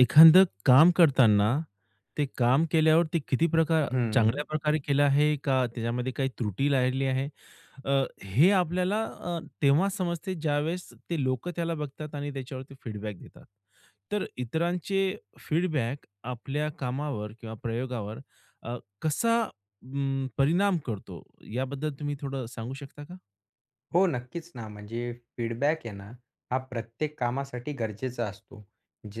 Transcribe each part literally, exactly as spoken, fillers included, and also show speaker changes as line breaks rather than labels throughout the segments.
एखादं काम करताना, ते काम केल्यावर ते किती प्रकार
हं.
चांगल्या प्रकारे केलं आहे का त्याच्यामध्ये काही त्रुटी राहिली आहे? अ, हे आपल्याला अ, तेव्हा समजते ज्यावेळेस ते लोकं त्याला बघतात आणि त्याच्यावरती फीडबॅक देतात. तर इतरांचे फीडबॅक आपल्या कामावर किंवा प्रयोगावर अ, कसा अं, परिणाम करतो याबद्दल तुम्ही थोडं सांगू शकता का?
हो, नक्कीच ना. म्हणजे फीडबॅक आहे ना, हा प्रत्येक कामासाठी गरजेचा असतो.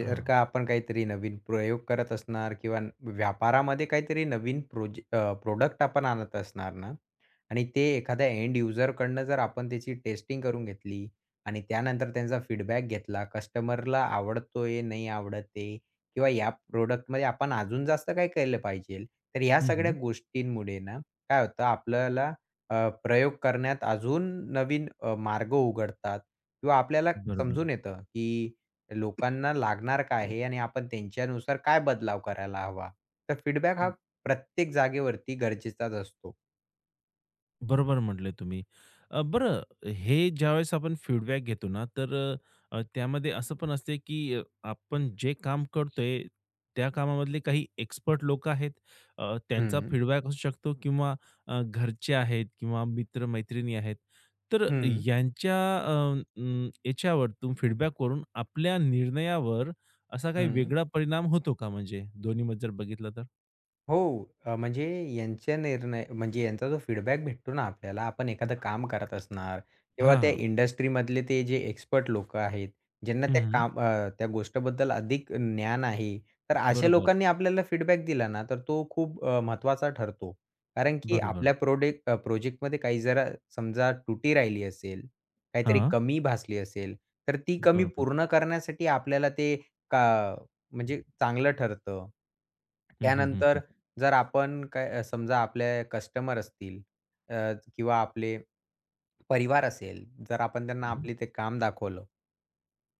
हां.
का आपण काहीतरी नवीन प्रयोग करत असणार किंवा न- व्यापारामध्ये काहीतरी नवीन प्रोजे अ, प्रॉडक्ट आपण आणत असणार ना, आणि ते एखाद्या एंड युजरकडनं जर आपण त्याची टेस्टिंग करून घेतली आणि त्यानंतर त्यांचा फीडबॅक घेतला, कस्टमरला आवडतोय, नाही आवडत आहे किंवा या प्रॉडक्टमध्ये आपण अजून जास्त काय केलं पाहिजे. तर ह्या
हं,
सगळ्या
हं.
गोष्टींमुळे ना काय होतं आपल्याला अ, प्रयोग करण्यात अजून नवीन अ, मार्ग उघडतात किंवा आपल्याला
बरोबर.
समजून येतं, की लोकांना लागणार काय आहे आणि आपण त्यांच्यानुसार काय बदलाव करायला हवा. तर फीडबॅक हा प्रत्येक जागेवरती गरजेचाच असतो.
बरोबर म्हटले तुम्ही. अ, बरं हे ज्यावेळेस आपण फीडबॅक घेतो ना, तर अ, त्यामध्ये असं पण असते की अ, आपण जे काम करतोय, त्या कामामधले काही एक्सपर्ट लोकं आहेत. अ, त्यांचा
हं.
फीडबॅक असू शकतो किंवा अ, घरचे आहेत किंवा मित्र आहेत. तर
हं,
यांच्या अ, अं, याच्यावरतून फीडबॅकवरून आपल्या निर्णयावर असा काही
हं.
वेगळा परिणाम होतो का म्हणजे दोन्हीमध्ये जर बघितलं तर?
हो. अ, म्हणजे यांच्या निर्णय म्हणजे यांचा जो फीडबॅक भेटतो ना आपल्याला, आपण एखादं काम करत असणार किंवा त्या
हां.
इंडस्ट्रीमधले ते जे एक्सपर्ट लोकं आहेत, ज्यांना त्या
हं,
काम अ, त्या गोष्टीबद्दल अधिक ज्ञान आहे. तर अशा
बरोबर,
लोकांनी आपल्याला फीडबॅक दिला ना, तर तो खूप अ, महत्त्वाचा ठरतो. कारण की
बरोबर.
आपल्या प्रोडेक्ट अ, प्रोजेक्टमध्ये काही जरा समजा तुटी राहिली असेल, काहीतरी
हां,
कमी भासली असेल, तर ती कमी
बरोबर.
पूर्ण करण्यासाठी आपल्याला ते का म्हणजे चांगलं ठरतं.
हं, हं, हं.
त्यानंतर
हं,
जर आपण काय अ, समजा आपले कस्टमर असतील अ, किंवा आपले परिवार असेल, जर आपण त्यांना
हं,
आपली ते काम दाखवलं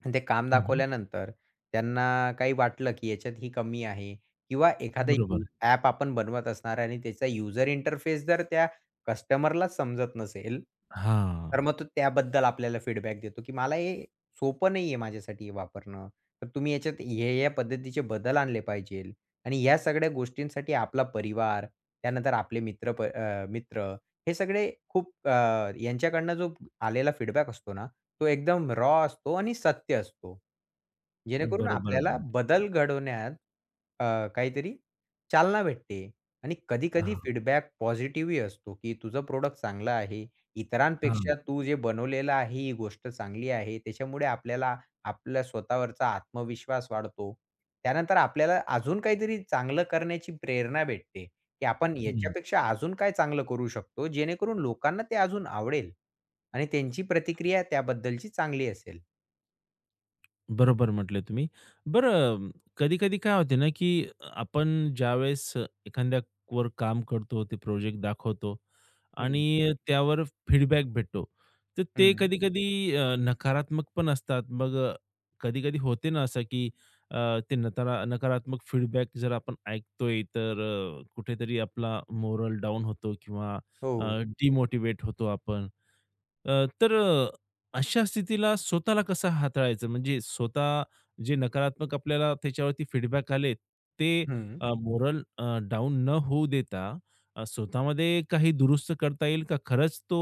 आणि ते काम
हं,
दाखवल्यानंतर त्यांना काही वाटलं, की याच्यात ही कमी आहे किंवा एखादा
बरोबर.
यूज ॲप आपण बनवत असणार आणि त्याचा यूजर इंटरफेस जर त्या कस्टमरलाच समजत नसेल,
हां,
तर मग तो त्याबद्दल आपल्याला फीडबॅक देतो, की मला हे सोपं नाहीये माझ्यासाठी हे वापरणं. तर तुम्ही याच्यात या-या पद्धतीचे बदल आणले पाहिजेल आणि ह्या सगळ्या गोष्टींसाठी आपला परिवार, त्यानंतर आपले मित्र प अ, मित्र हे सगळे खूप अ, यांच्याकडनं जो आलेला फीडबॅक असतो ना, तो एकदम रॉ असतो आणि सत्य असतो. जेणेकरून
बरोबर.
आपल्याला बदल घडवण्यात अ, काहीतरी चालना भेटते आणि कधी-कधी
हां,
फीडबॅक पॉझिटिव्हही असतो, की तुझं प्रोडक्ट चांगलं आहे.
हां.
इतरांपेक्षा तू जे बनवलेलं आहे ही गोष्ट चांगली आहे. त्याच्यामुळे आपल्याला आपल्या स्वतःवरचा आत्मविश्वास वाढतो. त्यानंतर आपल्याला अजून काहीतरी चांगलं करण्याची प्रेरणा भेटते. की आपण
हं.
याच्यापेक्षा अजून काय चांगलं करू शकतो, जेणेकरून लोकांना ते अजून आवडेल आणि त्यांची प्रतिक्रिया त्याबद्दलची चांगली असेल.
बरोबर म्हटले तुम्ही. बरं कधी-कधी काय होते ना, की आपण ज्यावेळेस एखाद्यावर काम करतो, ते प्रोजेक्ट दाखवतो
हं.
आणि त्यावर फीडबॅक भेटतो. तर ते
हं.
कधी-कधी अ, नकारात्मक पण असतात. मग अ, कधी-कधी होते ना असं, की अ, ते नकारा नकारात्मक फीडबॅक जर आपण ऐकतोय, तर अ, कुठेतरी आपला मोरल डाऊन होतो किंवा
हो.
अ, डिमोटिव्हेट होतो आपण. अ, तर अशा स्थितीला स्वतःला कसं हाताळायचं? म्हणजे स्वतः जे नकारात्मक आपल्याला त्याच्यावरती फीडबॅक आले, ते
हं.
अ, मोरल अ, डाउन न होऊ देता अ, स्वतःमध्ये काही दुरुस्त करता येईल का? खरंच तो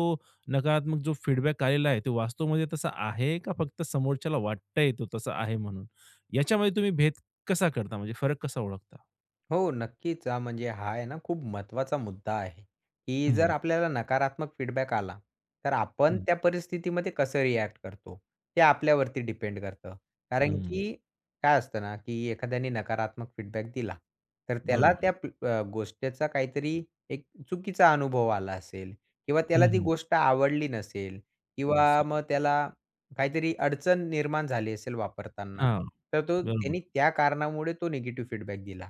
नकारात्मक जो फीडबॅक आलेला आहे, तो वास्तवमध्ये तसा आहे का फक्त समोरच्याला वाटतंय तो तसा आहे म्हणून? याच्यामध्ये तुम्ही भेद कसा करता? म्हणजे फरक कसा ओळखता?
हो, नक्कीच. अ, म्हणजे हा आहे ना खूप महत्त्वाचा मुद्दा आहे, की जर
हं,
हं. आपल्याला नकारात्मक फीडबॅक आला, तर हं. आपण
हं,
त्या परिस्थितीमध्ये कसं रिॲक्ट करतो, ते आपल्यावरती डिपेंड करतं. कारण हं.
हं.
की काय असतं ना, की एखाद्याने नकारात्मक फीडबॅक दिला, तर त्याला
बरोबर.
त्या प अ, गोष्टीचा काहीतरी एक चुकीचा अनुभव आला असेल किंवा
हं,
त्याला ती हं.
हं.
गोष्ट आवडली नसेल किंवा
नसेल.
मग त्याला काहीतरी अडचण निर्माण झाली असेल वापरताना,
हां,
तर तो
बरोबर.
त्यांनी त्या कारणामुळे तो निगेटिव्ह फीडबॅक दिला.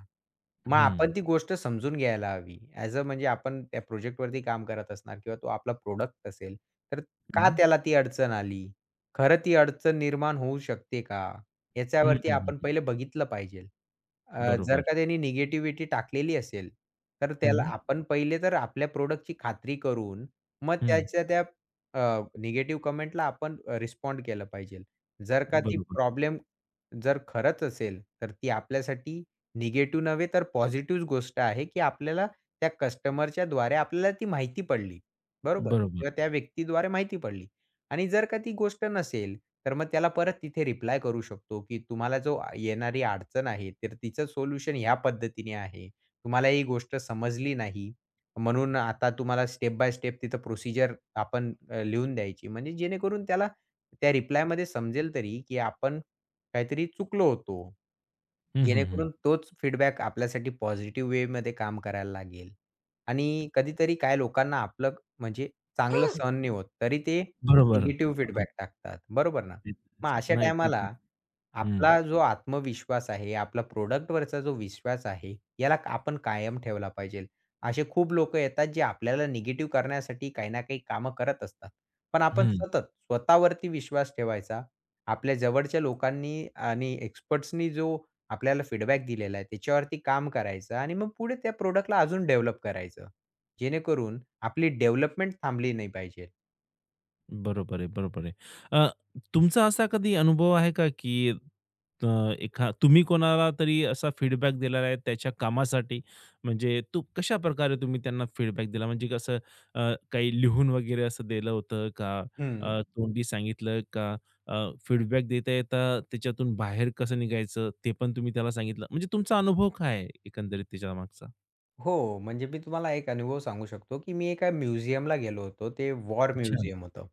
मग
हं,
आपण ती गोष्ट समजून घ्यायला हवी. ॲज अ म्हणजे आपण त्या प्रोजेक्टवरती काम करत असणार किंवा तो आपला प्रॉडक्ट असेल, तर का
हं.
त्याला ती अडचण आली? खरं ती अडचण निर्माण होऊ शकते का?
हं,
याच्यावरती
हं,
आपण
हं.
पहिले बघितलं पाहिजे. अ, जर
बरोबर.
का त्यांनी निगेटिव्हिटी टाकलेली असेल, तर त्याला आपण पहिले तर आपल्या प्रॉडक्टची खात्री करून मग
हं.
त्याच्या त्या निगेटिव्ह कमेंटला आपण रिस्पॉन्ड केलं पाहिजे. जर का ती
बरोबर,
प्रॉब्लेम जर खरंच असेल, तर ती आपल्यासाठी निगेटिव्ह नव्हे तर पॉझिटिव्ह गोष्ट आहे, की आपल्याला त्या कस्टमरच्याद्वारे आपल्याला ती माहिती पडली. बरोबर?
बरोबर.
किंवा त्या व्यक्तीद्वारे माहिती पडली. आणि जर का ती गोष्ट नसेल, तर मग त्याला परत तिथे रिप्लाय करू शकतो, की तुम्हाला जो आ येणारी अडचण आहे, तर तिचं सोल्युशन ह्या पद्धतीने आहे. तुम्हाला ही गोष्ट समजली नाही, म्हणून आता तुम्हाला स्टेप बाय स्टेप तिथं प्रोसिजर आपण अ, लिहून द्यायची. म्हणजे जेणेकरून त्याला त्या रिप्लायमध्ये समजेल तरी, की आपण काहीतरी चुकलो होतो.
हं, हं, हं.
जेणेकरून तोच फीडबॅक आपल्यासाठी पॉझिटिव्ह वेमध्ये काम करायला लागेल. आणि कधीतरी काय लोकांना आपलं म्हणजे चांगलं सहन नाही होत, तरी ते
बरोबर.
निगेटिव्ह
हां, हां.
फीडबॅक टाकतात, बरोबर ना? मग अशा
नाही. तेच.
टायमाला
हं,
आपला जो आत्मविश्वास आहे, आपला प्रॉडक्टवरचा जो विश्वास आहे, याला क- आपण कायम ठेवला पाहिजे. असे खूप लोकं येतात, जे आपल्याला निगेटिव्ह करण्यासाठी काही ना काही कामं करत असतात. पण आपण
हं.
सतत स्वतःवरती विश्वास ठेवायचा. आपल्या जवळच्या लोकांनी आणि एक्सपर्ट्सनी जो आपल्याला फीडबॅक दिलेला आहे, त्याच्यावरती काम करायचं आणि मग पुढे त्या प्रॉडक्टला अजून डेव्हलप करायचं. जेणेकरून आपली डेव्हलपमेंट थांबली नाही पाहिजे.
बरोबर आहे, बरोबर आहे. अ, तुमचा असा कधी अनुभव आहे का, की अ, एखा तुम्ही कोणाला तरी असा फीडबॅक दिलेला आहे त्याच्या कामासाठी? म्हणजे तू कशाप्रकारे तुम्ही त्यांना फीडबॅक दिला? म्हणजे कसं अ, काही लिहून वगैरे असं दिलं होतं का?
हं.
अ, तोंडी सांगितलं का? अ, फीडबॅक देता येता त्याच्यातून बाहेर कसं निघायचं ते पण तुम्ही त्याला सांगितलं? म्हणजे तुमचा अनुभव काय आहे एकंदरीत त्याच्यामागचा?
हो, म्हणजे मी तुम्हाला एक अनुभव सांगू शकतो, की मी एका म्युझियमला गेलो होतो. ते वॉर
अच्छा.
म्युझियम होतं.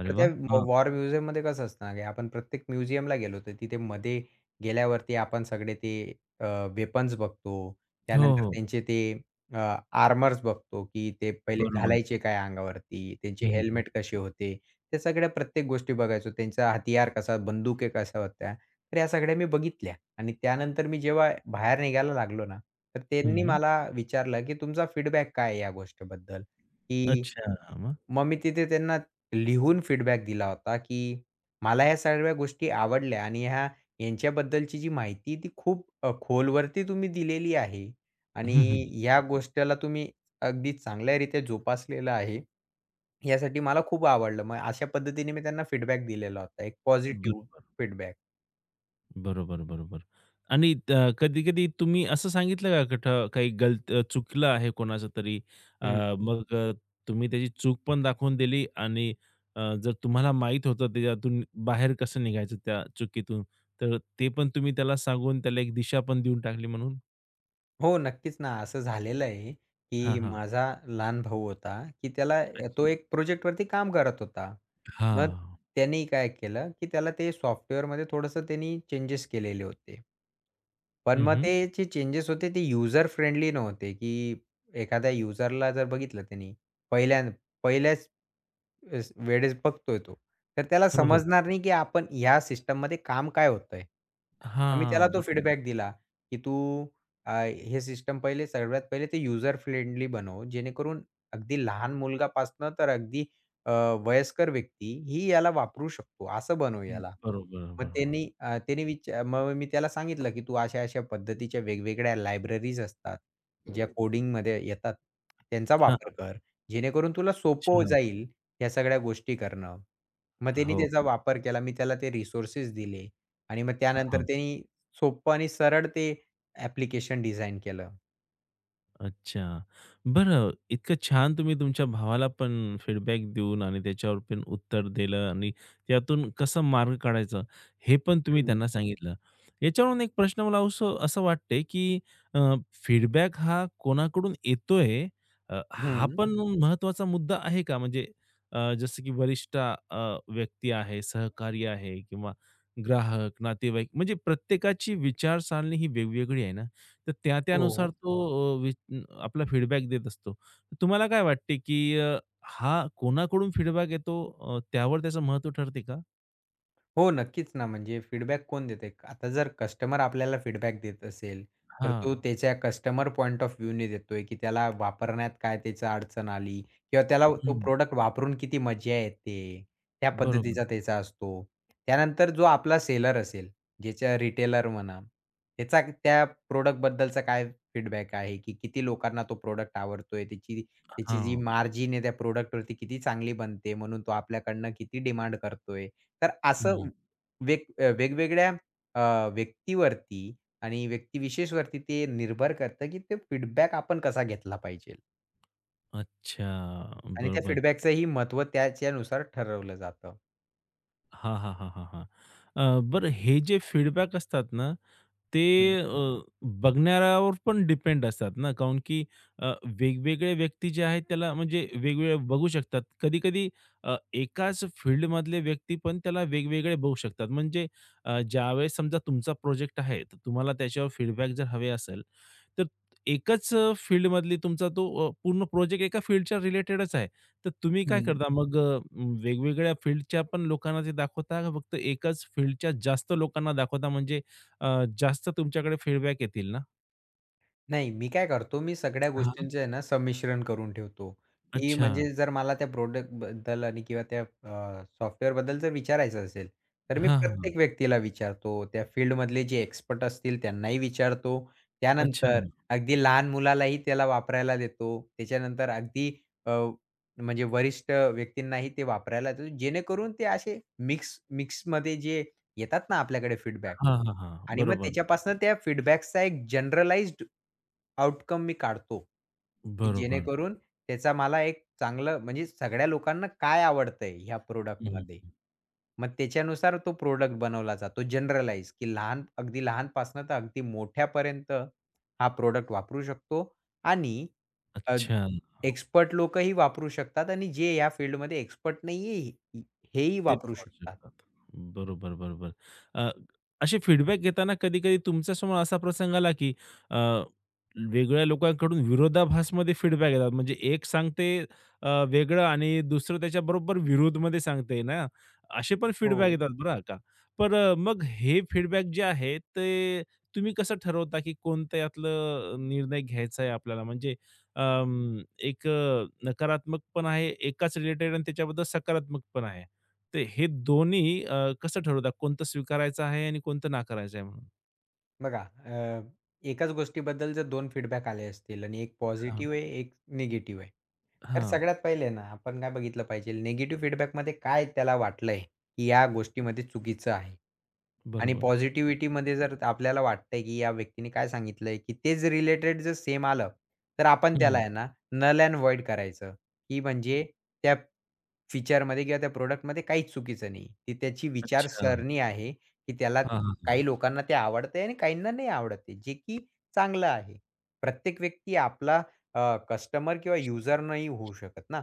अरे
तर त्या
वाह! हां.
वॉर म्युझियममध्ये कसं असतं ना, की आपण प्रत्येक म्युझियमला गेलो होतो. तिथे मध्ये गेल्यावरती आपण सगळे ते अ, वेपन्स बघतो.
हो,
त्यानंतर
हो.
त्यांचे ते अ, आर्मर्स बघतो, की ते पहिले
बरोबर.
घालायचे काय अंगावरती, त्यांचे
हं, हं, हं.
हेल्मेट कसे होते, त्या सगळ्या प्रत्येक गोष्टी बघायचो. त्यांचा हतियार कसा, बंदुके कशा होत्या, तर या सगळ्या मी बघितल्या. आणि त्यानंतर मी जेव्हा बाहेर निघायला लागलो ना, तर त्यांनी हं. मला विचारलं, की तुमचा फीडबॅक काय आहे या गोष्टीबद्दल? की
अच्छा.
मग मी तिथे त्यांना लिहून फीडबॅक दिला होता, की मला ह्या सर्व गोष्टी आवडल्या आणि ह्या यांच्याबद्दलची जी माहिती ती खूप अ, खोलवरती तुम्ही दिलेली आहे
हं, हं, हं.
आणि या गोष्टीला तुम्ही अगदी चांगल्यारीत्या जोपासलेलं आहे. यासाठी मला खूप आवडलं. मग अशा पद्धतीने मी त्यांना फीडबॅक दिलेला होता. एक पॉझिटिव्ह फीडबॅक.
बरो बरोबर, बरोबर. आणि त कधी-कधी तुम्ही असं सांगितलं का कुठं काही गलत चुकलं आहे कोणाचं तरी अ, मग अ, तुम्ही त्याची चूक पण दाखवून दिली आणि अ, जर तुम्हाला माहीत होतं त्याच्यातून बाहेर कसं निघायचं त्या चुकीतून, तर ते पण तुम्ही त्याला सांगून त्याला एक दिशा पण देऊन टाकली म्हणून?
हो, नक्कीच ना. असं झालेलं आहे,
हां,
की हं.
हां.
माझा लहान भाऊ होता, की त्याला अ, तो एक प्रोजेक्टवरती काम करत होता. मग
हां.
त्यांनी काय केलं, की त्याला ते सॉफ्टवेअरमध्ये थोडंसं त्यांनी चेंजेस केलेले होते. पण
हं,
मग
हं.
ते जे चेंजेस होते ते युजर फ्रेंडली नव्हते, की एखाद्या युजरला जर बघितलं त्यांनी पहिल्या पहिल्याच वेळेस वेळेस बघतोय तो, तर त्याला
हो, हो.
समजणार नाही, की आपण ह्या सिस्टममध्ये काम काय होतंय. मग मी
हां.
त्याला तो
बरोबर.
फीडबॅक दिला, की "तू अ, हे सिस्टम पहिले सर्वात पहिले ते यूजर फ्रेंडली बनव, जेणेकरून अगदी लहान मुलगापासनं तर अगदी अ, वयस्कर व्यक्ती ही याला वापरू शकतो, असं बनव
हम्म.
याला.
बरोबर,
मग
बरोबर.
त्यांनी अ, त्यांनी विचा मग मी त्याला सांगितलं, की तू अशा-अशा पद्धतीच्या वेगवेगळ्या लायब्ररीज असतात, ज्या कोडिंगमध्ये येतात, त्यांचा
हां,
वापर कर, जेणेकरून तुला सोपं
अच्छा.
जाईल ह्या सगळ्या गोष्टी करणं. मग त्यांनी
हो.
त्याचा वापर केला. मी त्याला ते रिसोर्सेस दिले आणि मग त्यानंतर त्यांनी सोपं आणि सरळ ते ॲप्लिकेशन डिझाइन केलं.
अच्छा. बरं इतकं छान तुम्ही तुमच्या भावाला पण फीडबॅक देऊन आणि त्याच्यावर पण उत्तर दिलं आणि त्यातून कसं मार्ग काढायचा हे पण तुम्ही
हं.
त्यांना सांगितलं. याच्यावरून एक प्रश्न मला असं असं वाटते, की अ, फीडबॅक हा कोणाकडून येतोय अ, हा
हं.
पण महत्त्वाचा मुद्दा आहे का? म्हणजे अ, जसं की वरिष्ठ अ, व्यक्ती आहे, सहकारी आहे किंवा ग्राहक, नातेवाईक म्हणजे प्रत्येकाची विचारसरणी ही वेगवेगळी आहे ना? तर त्या त्यानुसार
हो.
तो अ, वि आपला फीडबॅक देत असतो. तर तुम्हाला काय वाटते, की अ, हा कोणाकडून फीडबॅक येतो अ, त्यावर त्याचं महत्त्व ठरते का?
हो, नक्कीच ना. म्हणजे फीडबॅक कोण देते, आता जर कस्टमर आपल्याला फीडबॅक देत असेल, तर तो
हां.
त्याच्या कस्टमर पॉइंट ऑफ व्ह्यूने देतोय, की त्याला वापरण्यात काय त्याची अडचण आली किंवा त्याला तो
हं.
प्रॉडक्ट वापरून किती मजा येते, त्या
बरोबर.
पद्धतीचा त्याचा असतो. त्यानंतर जो आपला सेलर असेल, ज्याच्या रिटेलर म्हणा, त्याचा क- त्या प्रॉडक्टबद्दलचा काय फीडबॅक आहे, की किती लोकांना तो प्रॉडक्ट आवडतोय, त्याची त्याची जी
हां.
मार्जिन आहे त्या प्रॉडक्टवरती किती चांगली बनते, म्हणून तो आपल्याकडनं किती डिमांड करतोय. तर असं
हं.
वेग अ, वेगवेगळ्या अ, व्यक्तीवरती आणि व्यक्तिविशेषवरती ते निर्भर करतं, की ते फीडबॅक आपण कसा घेतला पाहिजे
अच्छा.
आणि त्या
बरोबर.
फीडबॅकचंही महत्त्व त्याच्यानुसार ठरवलं जातं.
हां, हां, हां, हां, हां. अ, बरं हे जे फीडबॅक असतात ना, ते
हं,
अ, बघणाऱ्यावर पण डिपेंड असतात ना, काऊन की अ, वेगवेगळे व्यक्ती जे आहेत त्याला म्हणजे वेगवेगळे बघू शकतात. कधी-कधी अ, एकाच फील्डमधले व्यक्ती पण त्याला वेगवेगळे बघू शकतात. म्हणजे अ, ज्यावेळेस समजा तुमचा प्रोजेक्ट आहे, तर तुम्हाला त्याच्यावर फीडबॅक जर हवे असेल, तर एकच अ, फील्डमधली तुमचा तो अ, पूर्ण प्रोजेक्ट एका फील्डच्या रिलेटेडच आहे. तर तुम्ही काय
हं.
करता मग अ, वेगवेगळ्या फील्डच्या पण लोकांना ते दाखवता का फक्त एकाच फील्डच्या जास्त लोकांना दाखवता म्हणजे अ, जास्त तुमच्याकडे फीडबॅक येतील ना?
नाही, मी काय करतो, मी सगळ्या
हां.
गोष्टींचे आहे ना संमिश्रण करून ठेवतो, की
अच्छा.
म्हणजे जर मला त्या प्रॉडक्टबद्दल आणि किंवा त्या अ, सॉफ्टवेअरबद्दल जर विचारायचं असेल, तर मी
हां, हां.
प्रत्येक व्यक्तीला विचारतो. त्या फील्डमधले जे एक्सपर्ट असतील त्यांनाही विचारतो.
अच्छा.
त्यानंतर अगदी लहान मुलालाही त्याला वापरायला देतो. त्याच्यानंतर अगदी अ, म्हणजे वरिष्ठ व्यक्तींनाही ते वापरायला देतो. जेणेकरून ते असे मिक्स मिक्समध्ये जे येतात ना आपल्याकडे फीडबॅक
हां, हां, हां.
आणि मग
बरोबर.
त्याच्यापासून त्या फीडबॅक्सचा एक जनरलाइज्ड आउटकम मी काढतो, की
बरोबर.
जेणेकरून त्याचा मला एक चांगलं म्हणजे सगळ्या लोकांना काय आवडतंय ह्या
हं, हं.
प्रॉडक्टमध्ये. मग त्याच्यानुसार तो प्रॉडक्ट बनवला जातो जनरलाइज, की लहान अगदी लहानपासनं तर अगदी मोठ्यापर्यंत हा प्रॉडक्ट वापरू शकतो आणि
अच्छा.
एक्सपर्ट लोकही वापरू शकतात आणि जे या फील्डमध्ये एक्सपर्ट नाहीये, हेही
ते पण
वापरू
वाचू
शकतात.
शकतात. बरोबर, बरोबर. अ, असे फीडबॅक घेताना कधी-कधी तुमच्यासमोर असा प्रसंग आला, की अ, वेगळ्या लोकांकडून विरोधाभासमध्ये फीडबॅक येतात. म्हणजे एक सांगते अ, वेगळं आणि दुसरं त्याच्याबरोबर विरोधमध्ये सांगते ना, असे पण फीडबॅक
हो.
येतात बरं का. पण अ, मग हे फीडबॅक जे आहे ते तुम्ही कसं ठरवता, की कोणतं यातलं निर्णय घ्यायचा आहे आपल्याला? म्हणजे अं, एक अ, नकारात्मक पण आहे, एकाच रिलेटेड आणि त्याच्याबद्दल सकारात्मक पण आहे. ते हे दोन्ही अ, कसं ठरवता कोणतं स्वीकारायचं आहे आणि कोणतं नाकारायचं आहे म्हणून?
बघा, अ, एकाच गोष्टीबद्दल जर दोन फीडबॅक आले असतील आणि एक
हां.
पॉझिटिव्ह आहे, एक निगेटिव्ह आहे. तर
हां,
सगळ्यात पहिले ना आपण काय बघितलं पाहिजे निगेटिव्ह फीडबॅकमध्ये काय त्याला वाटलंय, की या गोष्टीमध्ये चुकीचं आहे. आणि
बरोबर.
पॉझिटिव्हिटीमध्ये जर आपल्याला वाटतंय, की या व्यक्तीने काय सांगितलंय, की तेच रिलेटेड जर सेम आलं, तर आपण त्याला
हं.
आहे ना नल एंड व्हॉइड करायचं, की म्हणजे त्या फीचरमध्ये किंवा त्या प्रॉडक्टमध्ये काहीच चुकीचं नाही. ती त्याची
अच्छा.
विचारसरणी आहे की त्याला
हां, हां, हां. हां,
काही
हां.
लोकांना ते आवडते आणि काहींना नाही आवड़ते आहे, जे की चांगलं आहे. प्रत्येक व्यक्ती आपला कस्टमर किंवा युजर नाही होऊ शकत ना.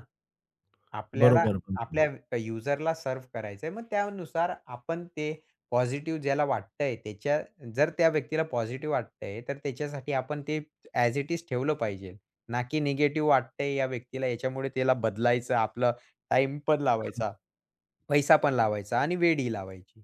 आपल्याला हो.
बरोबर, बरोबर.
आपल्या युजरला सर्व्ह करायचं आहे. मग त्यानुसार आपण ते पॉझिटिव्ह ज्याला वाटतंय त्याच्या जर त्या व्यक्तीला पॉझिटिव्ह वाटतंय, तर त्याच्यासाठी आपण ते ॲज इट इज ठेवलं पाहिजे. ना की निगेटिव्ह वाटतंय या व्यक्तीला याच्यामुळे त्याला बदलायचं, आपला टाईम पण लावायचा, पैसा पण लावायचा आणि वेळही लावायची.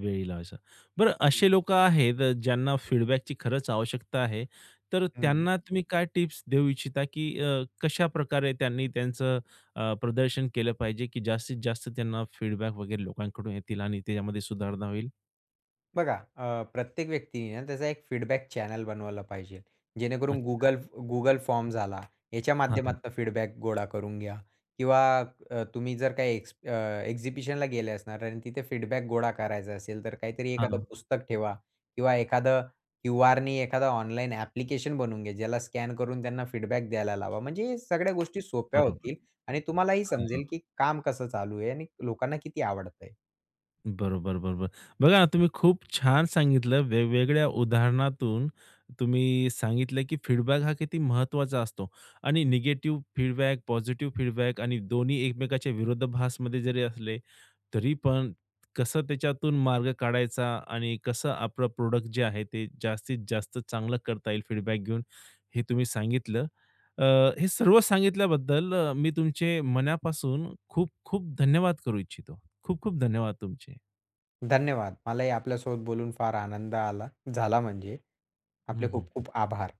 वेळी लावायचा. बरं
हं.
असे लोकं आहेत ज्यांना फीडबॅकची खरंच आवश्यकता आहे, तर त्यांना तुम्ही काय टिप्स देऊ इच्छिता, की अ, कशाप्रकारे त्यांनी त्यांचं अ, प्रदर्शन केलं पाहिजे, की जास्तीत जास्त त्यांना फीडबॅक वगैरे लोकांकडून येतील आणि त्याच्यामध्ये सुधारणा होईल?
बघा अ, प्रत्येक व्यक्तीने ना त्याचा एक फीडबॅक चॅनल बनवला पाहिजे. जेणेकरून
अच्छा.
Google Google फॉर्म झाला, याच्या
हां, हां.
माध्यमातून फीडबॅक गोळा करून घ्या किंवा अ, तुम्ही जर काही एक्स अ, एक्झिबिशनला गेले असणार आणि तिथे फीडबॅक गोळा करायचा असेल, तर काहीतरी एखादं
हां,
पुस्तक ठेवा किंवा एखादं क्यूआरनी एखादं ऑनलाईन ॲप्लिकेशन बनवून घ्या, ज्याला स्कॅन करून त्यांना फीडबॅक द्यायला लावा. म्हणजे हे सगळ्या गोष्टी सोप्या
बरोबर.
होतील आणि तुम्हालाही
हां.
समजेल, की काम कसं चालू आहे आणि लोकांना किती आवडतंय.
बरोबर, बरोबर. बघा ना, तुम्ही खूप छान सांगितलं. वेगवेगळ्या उदाहरणातून तुम्ही सांगितलं, की फीडबॅक हा किती महत्त्वाचा असतो आणि निगेटिव्ह फीडबॅक, पॉझिटिव्ह फीडबॅक आणि दोन्ही एकमेकाच्या विरोधाभासमध्ये जरी असले, तरी पण कसं त्याच्यातून मार्ग काढायचा आणि कसं आपलं प्रोडक्ट जे आहे ते जास्तीत जास्त चांगलं करता येईल फीडबॅक घेऊन, हे तुम्ही सांगितलं. अ, हे सर्व सांगितल्याबद्दल अ, मी तुमचे मनापासून खूप खूप धन्यवाद करू इच्छितो. खूप खूप धन्यवाद तुमचे.
धन्यवाद. मलाही आपल्यासोबत बोलून फार आनंद आला झाला म्हणजे.
हं,
आपले
हं,
खूप खूप
हं.
आभार.